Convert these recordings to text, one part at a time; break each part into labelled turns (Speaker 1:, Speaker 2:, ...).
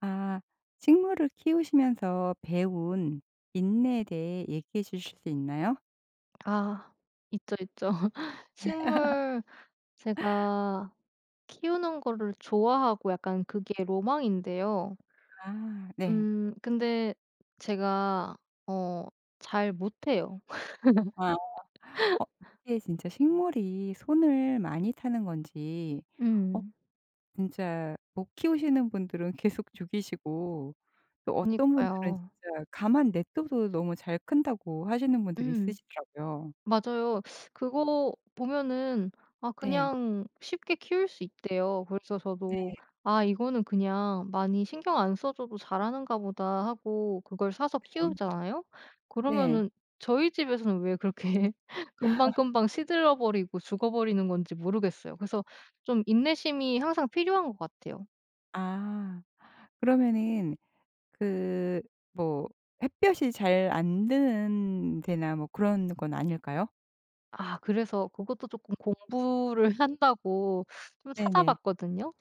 Speaker 1: 아, 식물을 키우시면서 배운 인내에 대해 얘기해 주실 수 있나요?
Speaker 2: 아, 있죠, 있죠. 식물 제가 키우는 거를 좋아하고 약간 그게 로망인데요.
Speaker 1: 아 네.
Speaker 2: 근데 제가 어 잘 못해요.
Speaker 1: 아. 어 이게 진짜 식물이 손을 많이 타는 건지, 어
Speaker 2: 음.
Speaker 1: 진짜 못 키우시는 분들은 계속 죽이시고 또 어떤 분들은
Speaker 2: 그니까요.
Speaker 1: 진짜 가만 냅둬도 너무 잘 큰다고 하시는 분들이
Speaker 2: 음.
Speaker 1: 있으시더라고요.
Speaker 2: 맞아요. 그거 보면은 아,
Speaker 1: 네.
Speaker 2: 그냥 쉽게 키울 수 있대요. 그래서 저도
Speaker 1: 네
Speaker 2: '아, 이거는 그냥 많이 신경 안 써 줘도 잘하는가 보다.' 하고 그걸 사서
Speaker 1: 네.
Speaker 2: 키우잖아요.
Speaker 1: 네.
Speaker 2: 그러면은 저희 집에서는 왜 그렇게 금방금방 시들어 버리고 죽어 버리는 건지 모르겠어요. 그래서 좀 인내심이 항상 필요한 것 같아요.
Speaker 1: 아 그러면은, 그, 뭐 햇볕이 잘 안 드는 데나 뭐 그런 건 아닐까요?
Speaker 2: 아, 그래서 그것도 조금 공부를 한다고 좀
Speaker 1: 네네.
Speaker 2: 찾아봤거든요.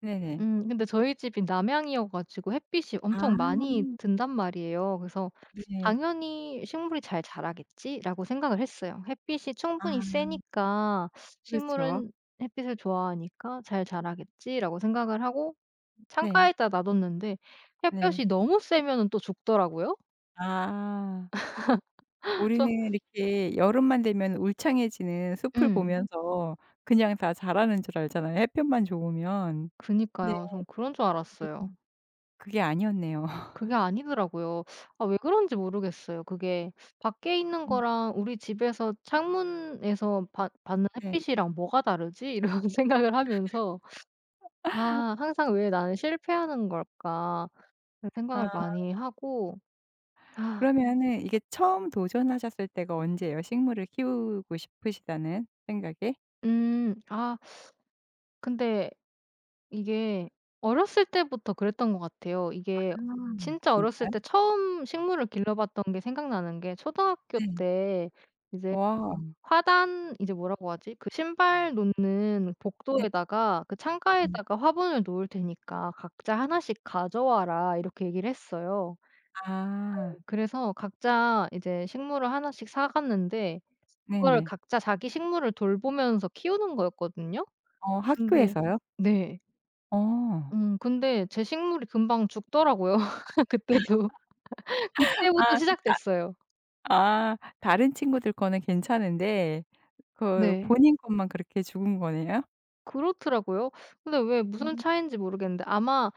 Speaker 1: 네네.
Speaker 2: 근데 저희 집이 남향이어 가지고 햇빛이 엄청
Speaker 1: 아.
Speaker 2: 많이 든단 말이에요. 그래서
Speaker 1: 네.
Speaker 2: '당연히 식물이 잘 자라겠지.'라고 생각을 했어요. 햇빛이
Speaker 1: 아
Speaker 2: 충분히 세니까
Speaker 1: 그렇죠.
Speaker 2: 식물은 햇빛을 좋아하니까 '잘 자라겠지.'라고 생각을 하고
Speaker 1: 네.
Speaker 2: 창가에다 놔뒀는데
Speaker 1: 네.
Speaker 2: 햇볕이 너무 세면은 또 죽더라고요.
Speaker 1: 아. 우리는
Speaker 2: 저.
Speaker 1: 이렇게 여름만 되면 울창해지는 숲을
Speaker 2: 음.
Speaker 1: 보면서 그냥 다 자라는 줄 알잖아요, 햇볕만 좋으면. 네.
Speaker 2: 그니까요. 전 그런 줄
Speaker 1: 그게
Speaker 2: 알았어요.
Speaker 1: 좀, 그게 아니었네요.
Speaker 2: 그게 아니더라고요. 아, 왜 그런지 모르겠어요. 그게 밖에 있는
Speaker 1: 음.
Speaker 2: 거랑 우리 집에서 창문에서 받 받는
Speaker 1: 네.
Speaker 2: 햇빛이랑 '뭐가 다르지?' 이런 생각을 하면서 '아, 항상 왜 나는 실패하는 걸까?' 이런
Speaker 1: 아
Speaker 2: 생각을 많이 하고 아.
Speaker 1: 그러면은 이게 처음 도전하셨을 때가 언제예요? 식물을 키우고 싶으시다는 생각에?
Speaker 2: 음. 아 근데 이게 어렸을 때부터 그랬던 것 같아요. 이게
Speaker 1: 아
Speaker 2: 진짜 어렸을
Speaker 1: 진짜요?
Speaker 2: 때 처음 식물을 길러봤던 게 생각나는 게 초등학교
Speaker 1: 네.
Speaker 2: 때 이제
Speaker 1: 와.
Speaker 2: 화단, 이제 뭐라고 하지? 그 신발 놓는 복도에다가 그
Speaker 1: 네네.
Speaker 2: 창가에다가 화분을 놓을 테니까 "각자 하나씩 가져와라." 이렇게 얘기를 했어요.
Speaker 1: 아.
Speaker 2: 그래서 각자 이제 식물을 하나씩 사 갔는데 그거를
Speaker 1: 네네.
Speaker 2: 각자 자기 식물을 돌보면서 키우는 거였거든요.
Speaker 1: 어
Speaker 2: 근데
Speaker 1: 학교에서요?
Speaker 2: 네.
Speaker 1: 어.
Speaker 2: 근데 제 식물이 금방 죽더라고요 그때도. 그때부터
Speaker 1: 아,
Speaker 2: 시작됐어요.
Speaker 1: 아 다른 친구들 거는 괜찮은데 그
Speaker 2: 네.
Speaker 1: 본인 것만 그렇게 죽은 거네요?
Speaker 2: 그렇더라고요. 근데 왜 무슨
Speaker 1: 음
Speaker 2: 차이인지 모르겠는데 아마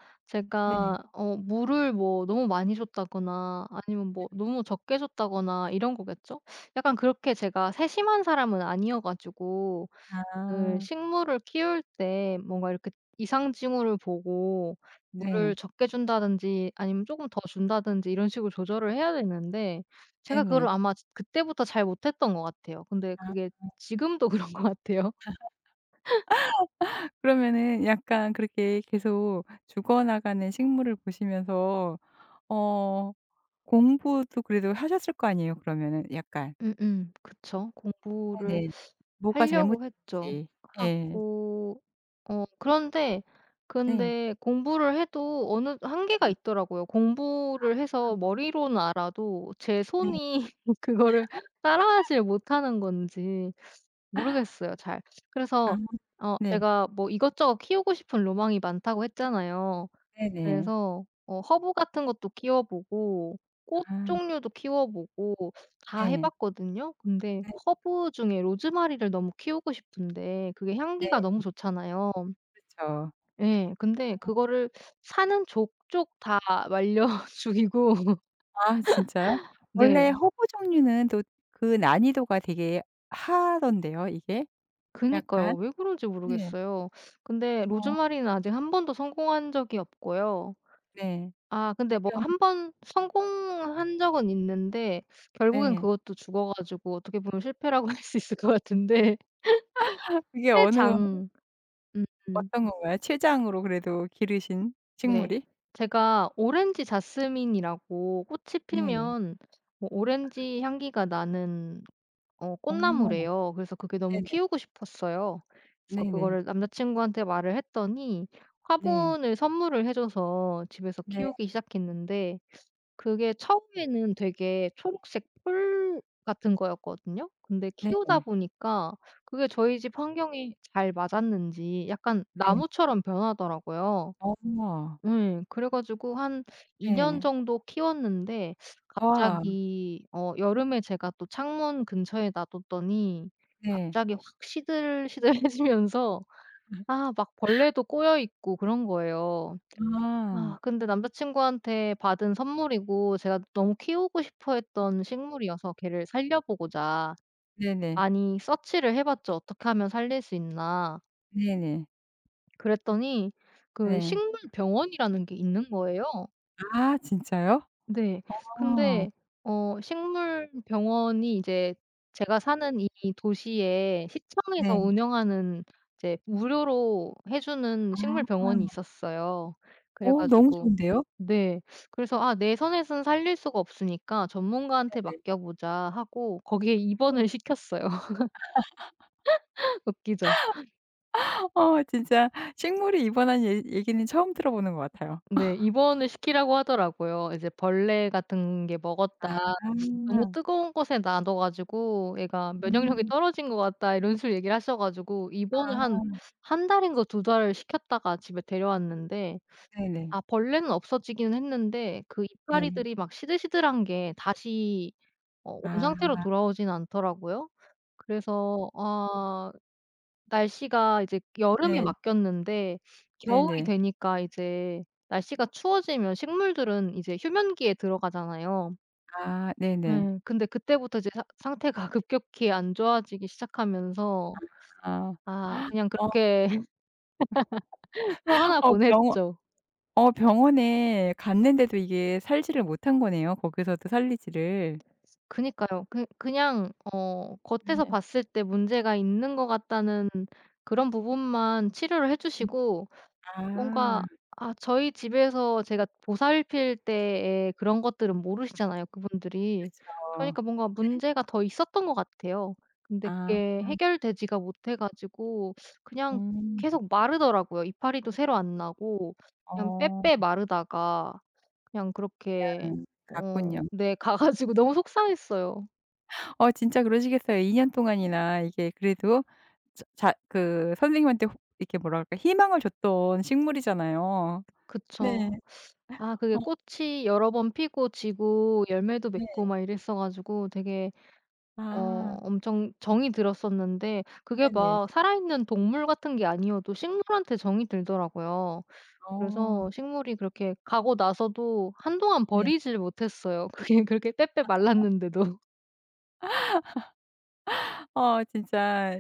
Speaker 1: 네.
Speaker 2: 제가 물을 뭐 너무 많이 줬다거나 아니면 뭐 너무 적게 줬다거나 이런 거겠죠? 약간 그렇게 제가 세심한 사람은 아니어 가지고 그
Speaker 1: 아.
Speaker 2: 식물을 키울 때 뭔가 이렇게 이상징후를 보고
Speaker 1: 네.
Speaker 2: 물을 적게 준다든지 아니면 쪼금 더 준다든지 이런 식으로 조절을 해야 되는데 제가 그걸
Speaker 1: 네네.
Speaker 2: 아마 그때부터 잘 못했던 것 같아요. 근데
Speaker 1: 아.
Speaker 2: 그게 지금도 그런 것 같아요.
Speaker 1: 그러면은 약간 그렇게 계속 죽어나가는 식물을 보시면서, 어 공부도 그래도 하셨을 거 아니에요, 그러면은 약간.
Speaker 2: 음음. 그쵸. 공부를
Speaker 1: 네네. 뭐가
Speaker 2: 하려고 했죠.
Speaker 1: 잘못됐는지. 예.
Speaker 2: 하고 그런데
Speaker 1: 네.
Speaker 2: 근데 공부를 해도 어느 한계가
Speaker 1: 네.
Speaker 2: 있더라고요. 공부를 해서 머리로는 알아도 제
Speaker 1: 네.
Speaker 2: 손이 그거를 따라하질 못하는 건지 모르겠어요 잘. 그래서
Speaker 1: 아 네.
Speaker 2: 제가 뭐 이것저것 키우고 싶은 로망이 많다고 했잖아요.
Speaker 1: 네네.
Speaker 2: 그래서 허브 같은 것도 키워 보고 꽃
Speaker 1: 아
Speaker 2: 종류도 키워 보고 다 해
Speaker 1: 네.
Speaker 2: 봤거든요. 근데 허브 중에 로즈마리를 너무 키우고 싶은데 그게 향기가 너무
Speaker 1: 네네.
Speaker 2: 좋잖아요.
Speaker 1: 그쵸.
Speaker 2: 예. 근데 그거를 사는 족족 다 말려 죽이고.
Speaker 1: 아 진짜요? 원래
Speaker 2: 네.
Speaker 1: 허브 종류는 또 그 난이도가 되게 하던데요 이게?
Speaker 2: 그니까요.
Speaker 1: 약간.
Speaker 2: 왜 그런지
Speaker 1: 네.
Speaker 2: 모르겠어요. 근데
Speaker 1: 어
Speaker 2: 로즈마리는 아직 한 번도 성공한 적이 없고요.
Speaker 1: 네.
Speaker 2: 아 근데 뭐
Speaker 1: 그럼
Speaker 2: 한 번 성공한 적은 있는데 결국엔
Speaker 1: 네.
Speaker 2: 그것도 죽어 가지고 어떻게 보면 실패라고 할 수 있을 것 같은데
Speaker 1: 그게 어느,
Speaker 2: 회장 음음.
Speaker 1: 어떤 건가요? 최장으로 그래도 기르신
Speaker 2: 네.
Speaker 1: 식물이?
Speaker 2: 제가 오렌지 자스민이라고 꽃이
Speaker 1: 네네.
Speaker 2: 피면 뭐 오렌지 향기가 나는
Speaker 1: 어.
Speaker 2: 꽃나무래요. 그래서 그게 너무
Speaker 1: 네네.
Speaker 2: 키우고 싶었어요. 그래서
Speaker 1: 네네.
Speaker 2: 그거를 남자 친구한테 말을 했더니
Speaker 1: 네.
Speaker 2: 화분을 선물을 해 줘서 집에서
Speaker 1: 네.
Speaker 2: 키우기 시작했는데 그게 처음에는 되게 초록색 풀 같은 거였거든요. 근데 키우다
Speaker 1: 네네.
Speaker 2: 보니까 그게 저희 집 환경에 잘 맞았는지 약간
Speaker 1: 네.
Speaker 2: 나무처럼 변하더라고요.
Speaker 1: 어.
Speaker 2: 예. 그래 가지고 한 2년
Speaker 1: 네.
Speaker 2: 정도 키웠는데
Speaker 1: 와.
Speaker 2: 갑자기 여름에 제가 또 창문 근처에 놔뒀더니
Speaker 1: 네.
Speaker 2: 갑자기 확 시들시들해지면서 아 막 벌레도 꼬여 있고 그런 거예요.
Speaker 1: 아.
Speaker 2: 아 근데 남자 친구한테 받은 선물이고 제가 너무 키우고 싶어 했던 식물이어서 걔를 살려보고자
Speaker 1: 네네.
Speaker 2: 많이 서치를 해 봤죠. '어떻게 하면 살릴 수 있나.'
Speaker 1: 네네.
Speaker 2: 그랬더니 그
Speaker 1: 네.
Speaker 2: 식물 병원이라는 게 있는 거예요.
Speaker 1: 아 진짜요?
Speaker 2: 네.
Speaker 1: 어.
Speaker 2: 근데 식물 병원이 이제 제가 사는 이 도시에 시청에서
Speaker 1: 네.
Speaker 2: 운영하는 이제 무료로 해 주는 식물 병원이
Speaker 1: 아.
Speaker 2: 있었어요. 그래
Speaker 1: 어 너무
Speaker 2: 가지고
Speaker 1: 좋은데요?
Speaker 2: 네. 그래서 '아, 내 선에서는 살릴 수가 없으니까 전문가한테
Speaker 1: 네네.
Speaker 2: 맡겨 보자.' 하고 거기에 입원을 시켰어요. 웃기죠?
Speaker 1: 어 진짜 식물이 입원한 얘 얘기는 처음 들어보는 것 같아요.
Speaker 2: 네. 입원을 시키라고 하더라고요. 이제 "벌레 같은 게 먹었다.
Speaker 1: 아.
Speaker 2: 너무 뜨거운 곳에 놔둬 가지고 애가 면역력이
Speaker 1: 음.
Speaker 2: 떨어진 것 같다." 이런 식으로 얘기를 하셔 가지고 입원을
Speaker 1: 아
Speaker 2: 한 한 달인가 두 달을 시켰다가 집에 데려왔는데
Speaker 1: 네네.
Speaker 2: 아 벌레는 없어지기는 했는데 그
Speaker 1: 예.
Speaker 2: 이파리들이 막 시들시들한 게 다시 온 상태로
Speaker 1: 아.
Speaker 2: 돌아오진 않더라고요. 그래서 아, 날씨가 이제 여름에
Speaker 1: 네.
Speaker 2: 맡겼는데 겨울이
Speaker 1: 네네.
Speaker 2: 되니까 이제 날씨가 추워지면 식물들은 이제 휴면기에 들어가잖아요.
Speaker 1: 아 네네.
Speaker 2: 예. 근데 그때부터 이제 사 상태가 급격히 안 좋아지기 시작하면서
Speaker 1: 아.
Speaker 2: 아, 그냥
Speaker 1: 어
Speaker 2: 그렇게 또 하나
Speaker 1: 어 병원
Speaker 2: 보냈죠.
Speaker 1: 병원에 갔는데도 이게 살지를 못한 거네요. 거기서도 살리지를.
Speaker 2: 그니까요. 그냥 겉에서
Speaker 1: 네.
Speaker 2: 봤을 때 문제가 있는 것 같다는 그런 부분만 치료를 해
Speaker 1: 네.
Speaker 2: 주시고
Speaker 1: 아.
Speaker 2: 뭔가 아, 저희 집에서 제가 보살필 때의 그런 것들은 모르시잖아요, 그분들이.
Speaker 1: 그렇죠.
Speaker 2: 그러니까 뭔가
Speaker 1: 네.
Speaker 2: 문제가 더 있었던 것 같아요. 근데
Speaker 1: 아.
Speaker 2: 그게 해결되지가 못해 가지고 그냥
Speaker 1: 음.
Speaker 2: 계속 마르더라고요. 이파리도 새로 안 나고 그냥
Speaker 1: 어.
Speaker 2: 빼빼 마르다가 그냥 그렇게
Speaker 1: 그냥 갔군요.
Speaker 2: 네 가 가지고 너무 속상했어요.
Speaker 1: 어 진짜 그러시겠어요. 2년 동안이나 이게 그래도, 자 그 선생님한테 혹 이렇게 뭐라 그럴까 희망을 줬던 식물이잖아요. 네.
Speaker 2: 그쵸. 아 그게
Speaker 1: 어
Speaker 2: 꽃이 여러 번 피고 지고 열매도
Speaker 1: 네.
Speaker 2: 맺고 막 이랬어 가지고 되게
Speaker 1: 아
Speaker 2: 엄청 정이 들었었는데 그게
Speaker 1: 네네.
Speaker 2: 막 살아있는 동물 같은 게 아니어도 식물한테 정이 들더라고요.
Speaker 1: 어
Speaker 2: 그래서 식물이 그렇게 가고 나서도 한동안
Speaker 1: 네.
Speaker 2: 버리질 못했어요. 그게 그렇게 빼빼 말랐는데도.
Speaker 1: 어 진짜,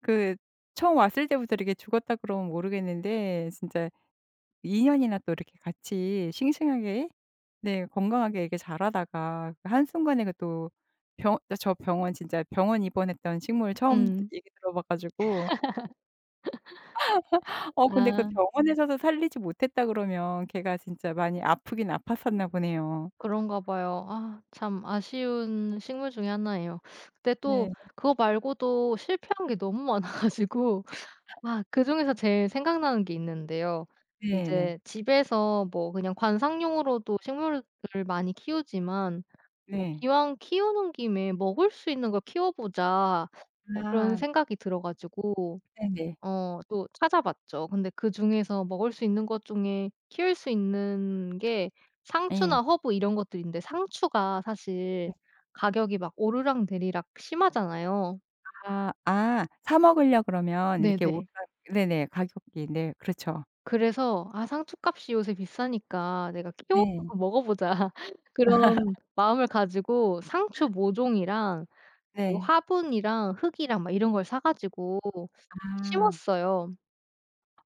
Speaker 1: 그, 처음 왔을 때부터 이렇게 죽었다 그러면 모르겠는데 진짜 2 년이나 또 이렇게 같이 싱싱하게, 네 건강하게 이렇게 자라다가 그 한순간에 그 또 병 저 병원 진짜 병원 입원했던 식물 처음
Speaker 2: 음.
Speaker 1: 얘기 들어 봐 가지고. 어 근데 그
Speaker 2: 아,
Speaker 1: 병원에서도 살리지 못했다 그러면 걔가 진짜 많이 아프긴 아팠었나 보네요.
Speaker 2: 그런가 봐요. 아 참 아쉬운 식물 중에 하나예요. 근데 또
Speaker 1: 네.
Speaker 2: 그거 말고도 실패한 게 너무 많아 가지고 아, 그중에서 제일 생각나는 게 있는데요.
Speaker 1: 네 네.
Speaker 2: 이제 집에서 뭐 그냥 관상용으로도 식물을 많이 키우지만 뭐
Speaker 1: 네.
Speaker 2: '기왕 키우는 김에 먹을 수 있는 걸 키워 보자.' 그런
Speaker 1: 아
Speaker 2: 생각이 들어 가지고
Speaker 1: 네네.
Speaker 2: 또 찾아봤죠. 근데 그중에서 먹을 수 있는 것 중에 키울 수 있는 게
Speaker 1: 예.
Speaker 2: 상추나 허브 이런 것들인데 상추가 사실 가격이 막 오르락내리락 심하잖아요.
Speaker 1: 아, 아 사 먹으려 그러면 이렇게 오르락,
Speaker 2: 네네.
Speaker 1: 네네 가격이. 네 그렇죠.
Speaker 2: 그래서 '아, 상추값이 요새 비싸니까 내가 키워
Speaker 1: 네.
Speaker 2: 갖고 먹어 보자.' 그런 마음을 가지고 상추 모종이랑 그
Speaker 1: 네.
Speaker 2: 화분이랑 흙이랑 막 이런 걸 사 가지고
Speaker 1: 아.
Speaker 2: 심었어요.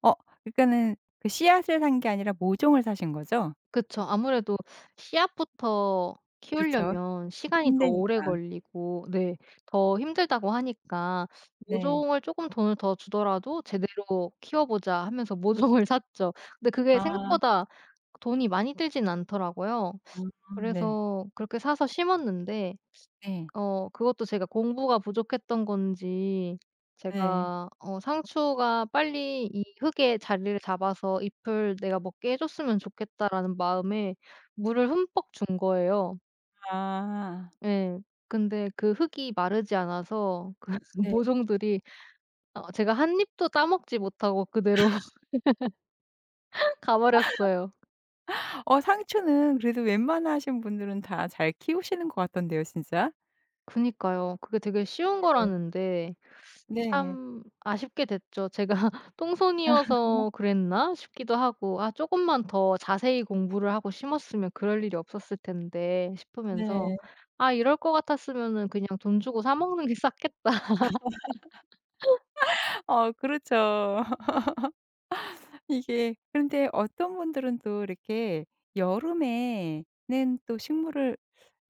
Speaker 1: 어 그러니까는 그 씨앗을 산게 아니라 모종을 사신 거죠?
Speaker 2: 그쵸. 아무래도 씨앗부터
Speaker 1: 그렇죠.
Speaker 2: 키우려면 시간이 더 오래
Speaker 1: 힘드니까.
Speaker 2: 걸리고 네 더 힘들다고 하니까
Speaker 1: 네.
Speaker 2: 모종을 쪼끔 돈을 더 주더라도 '제대로 키워 보자.' 하면서 모종을 샀죠. 근데 그게
Speaker 1: 아.
Speaker 2: 생각보다 돈이 많이 들진 않더라고요.
Speaker 1: 아 네.
Speaker 2: 그래서 그렇게 사서 심었는데
Speaker 1: 네.
Speaker 2: 그것도 제가 공부가 부족했던 건지
Speaker 1: 네.
Speaker 2: 제가 상추가 빨리 이 흙에 자리를 잡아서 '잎을 내가 먹게 해 줬으면 좋겠다.'라는 마음에 물을 흠뻑 준 거예요.
Speaker 1: 아.
Speaker 2: 예. 근데 그 흙이 마르지 않아서 그
Speaker 1: 네.
Speaker 2: 모종들이 제가 한 입도 따 먹지 못하고 그대로 가 버렸어요.
Speaker 1: 어 상추는 그래도 웬만하신 분들은 다 잘 키우시는 것 같던데요 진짜.
Speaker 2: 그니까요. 그게 되게 쉬운
Speaker 1: 네.
Speaker 2: 거라는데
Speaker 1: 네.
Speaker 2: 참 아쉽게 됐죠. 제가 '똥손이어서 그랬나?' 싶기도 하고 '아, 조금만 더 자세히 공부를 하고 심었으면 그럴 일이 없었을 텐데.' 싶으면서
Speaker 1: 네.
Speaker 2: '아, 이럴 것 같았으면은 그냥 돈 주고 사 먹는 게 쌌겠다.'
Speaker 1: 어 그렇죠. 이게 그런데 어떤 분들은 또 이렇게 여름에는, 또 식물을,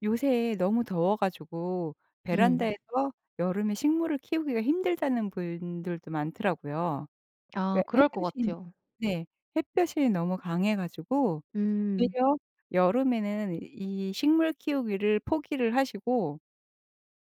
Speaker 1: 요새 너무 더워 가지고
Speaker 2: 음.
Speaker 1: 베란다에서 여름에 식물을 키우기가 힘들다는 분들도 많더라고요.
Speaker 2: 아
Speaker 1: 왜
Speaker 2: 그럴 것
Speaker 1: 햇볕이,
Speaker 2: 같아요.
Speaker 1: 네. 햇볕이 너무 강해 가지고
Speaker 2: 음.
Speaker 1: 되려 여름에는 이 식물 키우기를 포기를 하시고,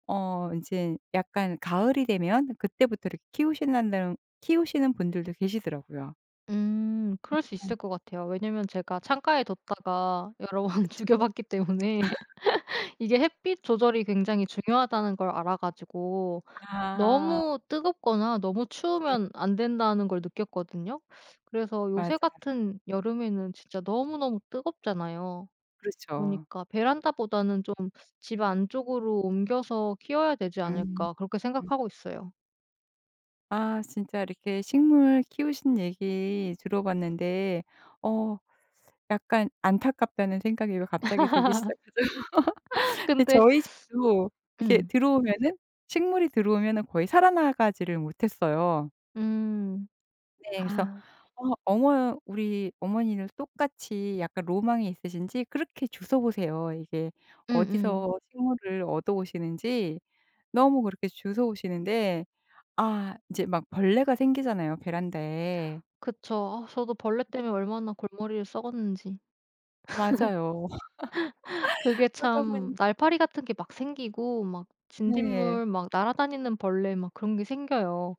Speaker 1: 어 이제 약간 가을이 되면 그때부터 이렇게 키우신다는 키우시는 분들도 계시더라고요.
Speaker 2: 음. 그럴 수
Speaker 1: 어.
Speaker 2: 있을 것 같아요. 왜냐면 제가 창가에 뒀다가 여러 번
Speaker 1: 그쵸.
Speaker 2: 죽여 봤기 때문에 이게 햇빛 조절이 굉장히 중요하다는 걸 알아 가지고
Speaker 1: 아.
Speaker 2: 너무 뜨겁거나 너무
Speaker 1: 네.
Speaker 2: 추우면 안 된다는 걸 느꼈거든요. 그래서 요새
Speaker 1: 맞아요.
Speaker 2: 같은 여름에는 진짜 너무너무 뜨겁잖아요.
Speaker 1: 그렇죠.
Speaker 2: 그러니까 '베란다보다는 좀 집 안쪽으로 옮겨서 키워야 되지
Speaker 1: 음.
Speaker 2: 않을까.' 그렇게
Speaker 1: 음.
Speaker 2: 생각하고 있어요.
Speaker 1: 아 진짜 이렇게 식물 키우신 얘기 들어봤는데, 어 약간 안타깝다는 생각이 왜 갑자기 들기 시작하죠? 근데
Speaker 2: 근데
Speaker 1: 저희 집도 이게
Speaker 2: 음.
Speaker 1: 들어오면은, 식물이 들어오면은 거의 살아나가지를 못했어요.
Speaker 2: 음.
Speaker 1: 네. 그래서,
Speaker 2: 아.
Speaker 1: 어 어머 우리 어머니는 똑같이 약간 로망이 있으신지 그렇게 주워 보세요. 이게
Speaker 2: 음음.
Speaker 1: 어디서 식물을 얻어 오시는지 너무 그렇게 주워 오시는데, 아 이제 막 벌레가 생기잖아요 베란다에.
Speaker 2: 그쵸. 아 저도 벌레 때문에 얼마나 골머리를 썩었는지.
Speaker 1: 맞아요.
Speaker 2: 그게
Speaker 1: 그러다
Speaker 2: 참
Speaker 1: 보니,
Speaker 2: 날파리 같은 게 막 생기고 막
Speaker 1: 네.
Speaker 2: 진딧물 막 날아다니는 벌레 막 그런 게 생겨요.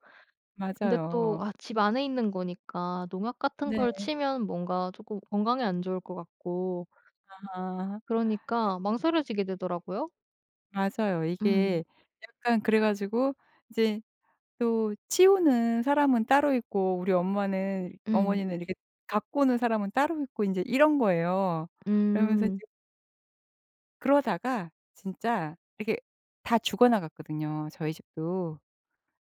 Speaker 2: 근데 또
Speaker 1: 맞아요.
Speaker 2: 아 집 안에 있는 거니까 농약 같은 걸
Speaker 1: 네.
Speaker 2: 치면 뭔가 쪼끔 건강에 안 좋을 것 같고
Speaker 1: 아
Speaker 2: 그러니까 망설여지게 되더라고요.
Speaker 1: 맞아요.
Speaker 2: 음.
Speaker 1: 이게 약간 그래 가지고 이제, 또 치우는 사람은 따로 있고 우리 엄마는
Speaker 2: 음.
Speaker 1: 어머니는 이렇게 갖고 오는 사람은 따로 있고 이제 이런 거예요. 그러면서 이제,
Speaker 2: 음.
Speaker 1: 그러다가 진짜 이렇게 다 죽어 나갔거든요, 저희 집도.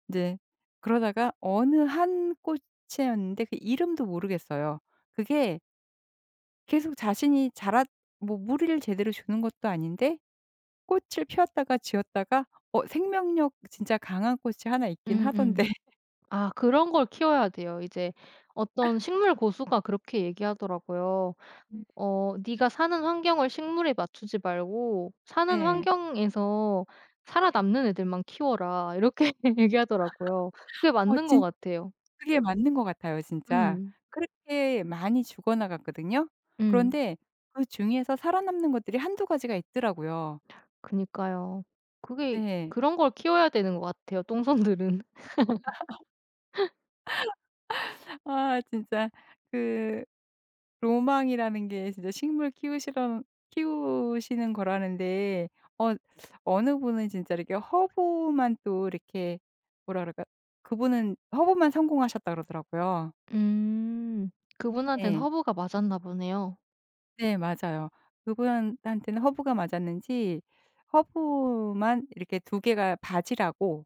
Speaker 1: 이제 그러다가 어느 한 꽃이었는데 그 이름도 모르겠어요. 그게 계속 자신이 자라 뭐 무리를 제대로 주는 것도 아닌데 꽃을 피웠다가 지었다가, 어 생명력 진짜 강한 꽃이 하나 있긴 하던데.
Speaker 2: 음음. 아 그런 걸 키워야 돼요. 이제 어떤 식물 고수가 그렇게 얘기하더라고요. 어 "네가 사는 환경을 식물에 맞추지 말고 사는
Speaker 1: 네.
Speaker 2: 환경에서
Speaker 1: 네.
Speaker 2: 살아남는 애들만 키워라." 이렇게 얘기하더라고요. 그게
Speaker 1: 어
Speaker 2: 맞는 것
Speaker 1: 진
Speaker 2: 같아요.
Speaker 1: 그게 맞는 것 같아요 진짜.
Speaker 2: 음.
Speaker 1: 그렇게 많이 죽어 나갔거든요.
Speaker 2: 음.
Speaker 1: 그런데 그중에서 살아남는 것들이 한두 가지가 있더라고요.
Speaker 2: 그니까요. 그게
Speaker 1: 네.
Speaker 2: 그런 걸 키워야 되는 것 같아요 똥손들은.
Speaker 1: 아 진짜, 그, 로망이라는 게 진짜 식물 키우시런 키우시는 거라는데, 어 어느 분은 진짜 이렇게 허브만 또 이렇게 뭐라 그럴까? 그분은 허브만 성공하셨다 그러더라고요.
Speaker 2: 음. 그분한테는
Speaker 1: 네.
Speaker 2: 허브가 맞았나 보네요.
Speaker 1: 네 맞아요. 그분한테는 허브가 맞았는지 허브만 이렇게 두 개가 바지라고,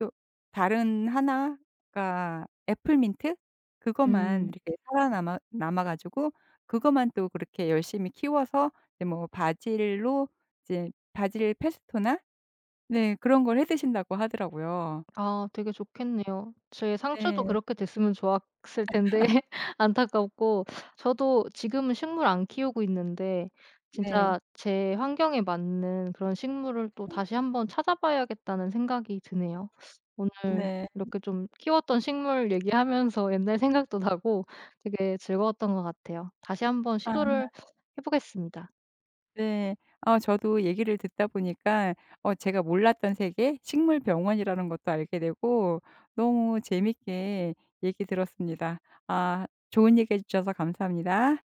Speaker 1: 또 다른 하나가 애플민트? 그거만
Speaker 2: 음.
Speaker 1: 이렇게 살아남아 남아 가지고 그거만 또 그렇게 열심히 키워서 이제 뭐 바질로, 이제 바질 페스토나 네 그런 걸 해 드신다고 하더라고요.
Speaker 2: 아 되게 좋겠네요. 제 상추도
Speaker 1: 네.
Speaker 2: 그렇게 됐으면 좋았을 텐데 안타깝고 저도 지금은 식물 안 키우고 있는데
Speaker 1: 네.
Speaker 2: 진짜 제 환경에 맞는 그런 식물을 또 다시 한번 찾아봐야겠다는 생각이 드네요. 오늘
Speaker 1: 네.
Speaker 2: 이렇게 좀 키웠던 식물 얘기하면서 옛날 생각도 나고 되게 즐거웠던 것 같아요. 다시 한번
Speaker 1: 아
Speaker 2: 시도를 해 보겠습니다.
Speaker 1: 네. 아 저도 얘기를 듣다 보니까, 어 제가 몰랐던 세계 식물 병원이라는 것도 알게 되고 너무 재밌게 얘기 들었습니다. 아 좋은 얘기 해 주셔서 감사합니다.